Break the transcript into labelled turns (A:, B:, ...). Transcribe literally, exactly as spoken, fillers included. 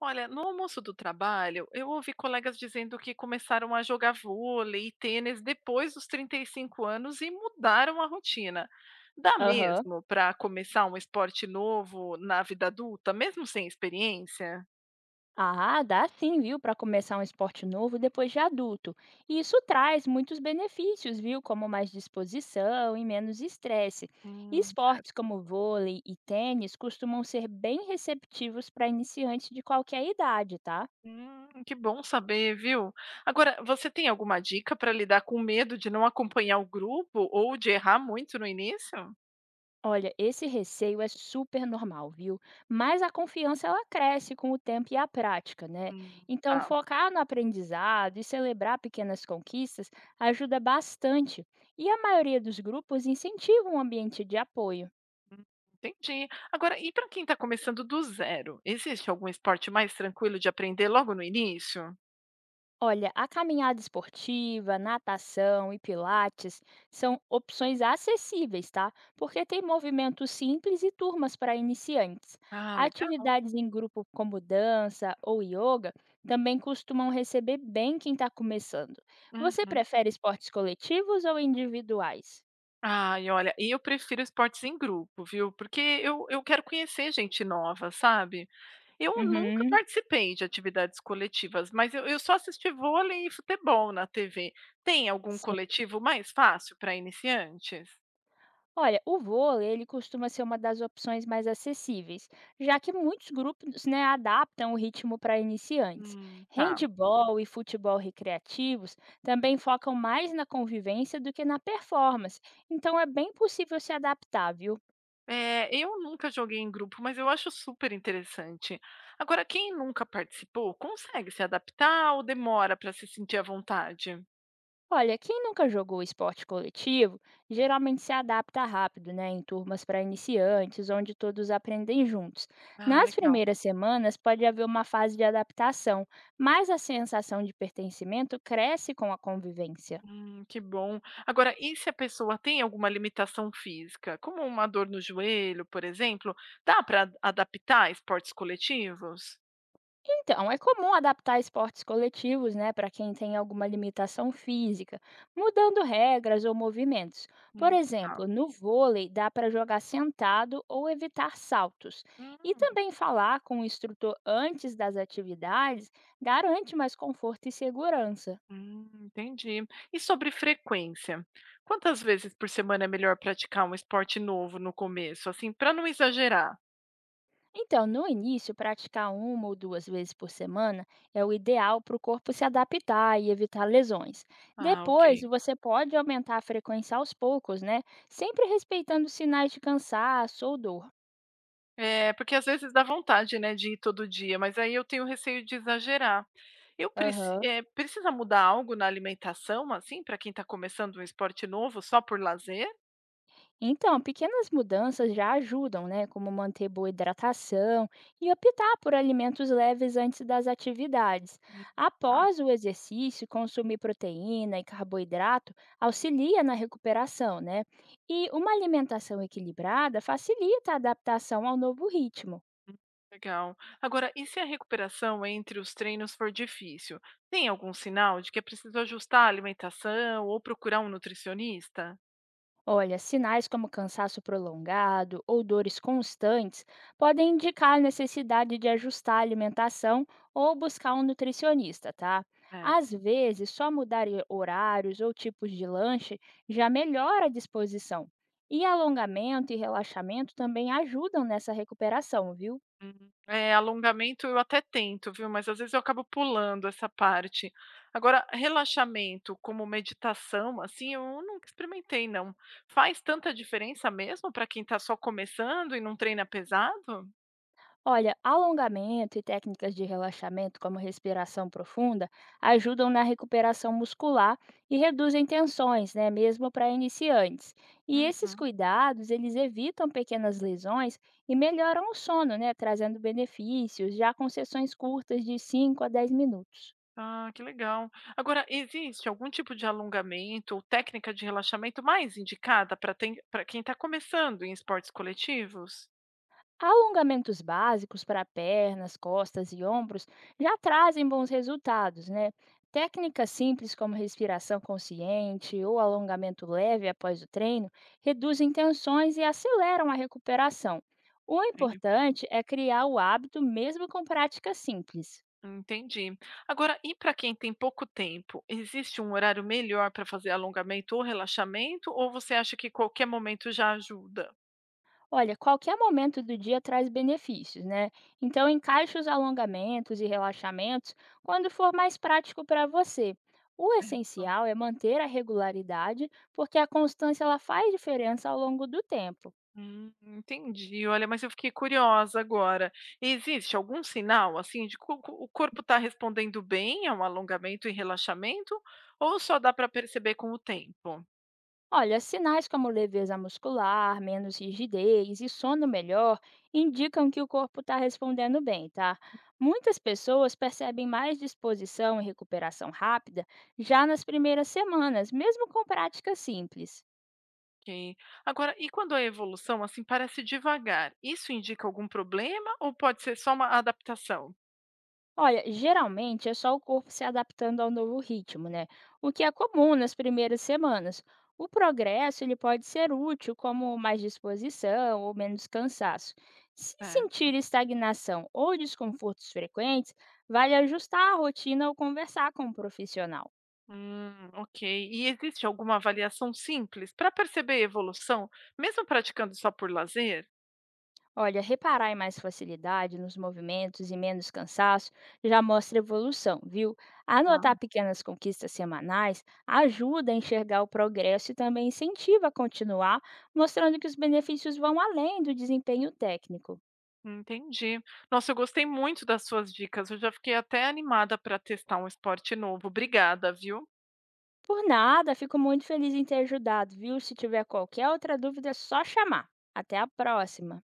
A: Olha, no almoço do trabalho, eu ouvi colegas dizendo que começaram a jogar vôlei e tênis depois dos trinta e cinco anos e mudaram a rotina. Dá
B: Aham.
A: mesmo para começar um esporte novo na vida adulta, mesmo sem experiência?
B: Ah, dá sim, viu, para começar um esporte novo depois de adulto. E isso traz muitos benefícios, viu, como mais disposição e menos estresse. E
A: Hum,
B: esportes
A: certo.
B: como vôlei e tênis costumam ser bem receptivos para iniciantes de qualquer idade, tá?
A: Hum, que bom saber, viu? Agora, você tem alguma dica para lidar com o medo de não acompanhar o grupo ou de errar muito no início?
B: Olha, esse receio é super normal, viu? Mas a confiança ela cresce com o tempo e a prática, né?
A: Hum,
B: Então,
A: tá.
B: focar no aprendizado e celebrar pequenas conquistas ajuda bastante. E a maioria dos grupos incentiva um ambiente de apoio.
A: Hum, entendi. Agora, e para quem está começando do zero, existe algum esporte mais tranquilo de aprender logo no início?
B: Olha, a caminhada esportiva, natação e pilates são opções acessíveis, tá? Porque tem movimentos simples e turmas para iniciantes.
A: Ah, legal.
B: Atividades em grupo como dança ou yoga também costumam receber bem quem está começando. Você
A: Uhum.
B: prefere esportes coletivos ou individuais?
A: Ai, olha, e eu prefiro esportes em grupo, viu? Porque eu, eu quero conhecer gente nova, sabe? Eu nunca
B: Uhum.
A: participei de atividades coletivas, mas eu, eu só assisti vôlei e futebol na T V. Tem algum coletivo mais fácil para iniciantes?
B: Olha, o vôlei, ele costuma ser uma das opções mais acessíveis, já que muitos grupos, né, adaptam o ritmo para iniciantes.
A: Hum, tá.
B: Handball e futebol recreativos também focam mais na convivência do que na performance, então é bem possível se adaptar, viu?
A: É, eu nunca joguei em grupo, mas eu acho super interessante. Agora, quem nunca participou, consegue se adaptar ou demora para se sentir à vontade?
B: Olha, quem nunca jogou esporte coletivo geralmente se adapta rápido, né, em turmas para iniciantes, onde todos aprendem juntos.
A: Ah,
B: Nas
A: legal.
B: primeiras semanas pode haver uma fase de adaptação, mas a sensação de pertencimento cresce com a convivência.
A: Hum, que bom. Agora, e se a pessoa tem alguma limitação física, como uma dor no joelho, por exemplo, dá para adaptar a esportes coletivos?
B: Então, é comum adaptar esportes coletivos, né, para quem tem alguma limitação física, mudando regras ou movimentos. Por
A: Hum, tá.
B: exemplo, no vôlei dá para jogar sentado ou evitar saltos.
A: Hum,
B: E também falar com o instrutor antes das atividades garante mais conforto e segurança.
A: hum, Entendi. E sobre frequência? Quantas vezes por semana é melhor praticar um esporte novo no começo, assim, para não exagerar?
B: Então, no início, praticar uma ou duas vezes por semana é o ideal para o corpo se adaptar e evitar lesões.
A: Ah, ok.
B: Depois, você pode aumentar a frequência aos poucos, né? Sempre respeitando sinais de cansaço ou dor.
A: É, porque às vezes dá vontade, né, de ir todo dia, mas aí eu tenho receio de exagerar. Eu preci
B: Aham.
A: eh, precisa mudar algo na alimentação, assim, para quem está começando um esporte novo só por lazer?
B: Então, pequenas mudanças já ajudam, né? Como manter boa hidratação e optar por alimentos leves antes das atividades.
A: Hum. Tá,
B: Após o exercício, consumir proteína e carboidrato auxilia na recuperação, né? E uma alimentação equilibrada facilita a adaptação ao novo ritmo.
A: legal. Agora, e se a recuperação entre os treinos for difícil? Tem algum sinal de que é preciso ajustar a alimentação ou procurar um nutricionista?
B: Olha, sinais como cansaço prolongado ou dores constantes podem indicar a necessidade de ajustar a alimentação ou buscar um nutricionista, tá?
A: É.
B: Às vezes, só mudar e- horários ou tipos de lanche já melhora a disposição. E alongamento e relaxamento também ajudam nessa recuperação, viu?
A: Hum, é, alongamento eu até tento, viu, mas às vezes eu acabo pulando essa parte. Agora, relaxamento como meditação, assim, eu nunca experimentei não. Faz tanta diferença mesmo para quem está só começando e não treina pesado?
B: Olha, alongamento e técnicas de relaxamento, como respiração profunda, ajudam na recuperação muscular e reduzem tensões, né, mesmo para iniciantes. E esses
A: Uhum.
B: cuidados, eles evitam pequenas lesões e melhoram o sono, né, trazendo benefícios já com sessões curtas de cinco a dez minutos.
A: Ah, que legal. Agora, existe algum tipo de alongamento ou técnica de relaxamento mais indicada para para quem está começando em esportes coletivos?
B: Alongamentos básicos para pernas, costas e ombros já trazem bons resultados, né? Técnicas simples como respiração consciente ou alongamento leve após o treino reduzem tensões e aceleram a recuperação. O importante é criar o hábito mesmo com práticas simples.
A: Entendi. Agora, e para quem tem pouco tempo, existe um horário melhor para fazer alongamento ou relaxamento? Ou você acha que qualquer momento já ajuda?
B: Olha, qualquer momento do dia traz benefícios, né? Então, encaixe os alongamentos e relaxamentos quando for mais prático para você. O
A: Certo.
B: essencial é manter a regularidade, porque a constância ela faz diferença ao longo do tempo.
A: Hum, entendi. Olha, mas eu fiquei curiosa agora. Existe algum sinal assim de que o co- o corpo está respondendo bem ao alongamento e relaxamento? Ou só dá para perceber com o tempo?
B: Olha, sinais como leveza muscular, menos rigidez e sono melhor indicam que o corpo está respondendo bem, tá? Muitas pessoas percebem mais disposição e recuperação rápida já nas primeiras semanas, mesmo com práticas simples.
A: Ok. Agora, e quando a evolução assim parece devagar, isso indica algum problema ou pode ser só uma adaptação?
B: Olha, geralmente é só o corpo se adaptando ao novo ritmo, né? O que é comum nas primeiras semanas. O progresso ele pode ser útil, como mais disposição ou menos cansaço. Se
A: Certo.
B: sentir estagnação ou desconfortos frequentes, vale ajustar a rotina ou conversar com um profissional.
A: Hum, ok. E existe alguma avaliação simples para perceber evolução, mesmo praticando só por lazer?
B: Olha, reparar em mais facilidade nos movimentos e menos cansaço já mostra evolução, viu?
A: Tá.
B: Anotar pequenas conquistas semanais ajuda a enxergar o progresso e também incentiva a continuar, mostrando que os benefícios vão além do desempenho técnico.
A: Entendi. Nossa, eu gostei muito das suas dicas. Eu já fiquei até animada para testar um esporte novo. Obrigada, viu?
B: Por nada, fico muito feliz em ter ajudado, viu? Se tiver qualquer outra dúvida, é só chamar. Até a próxima!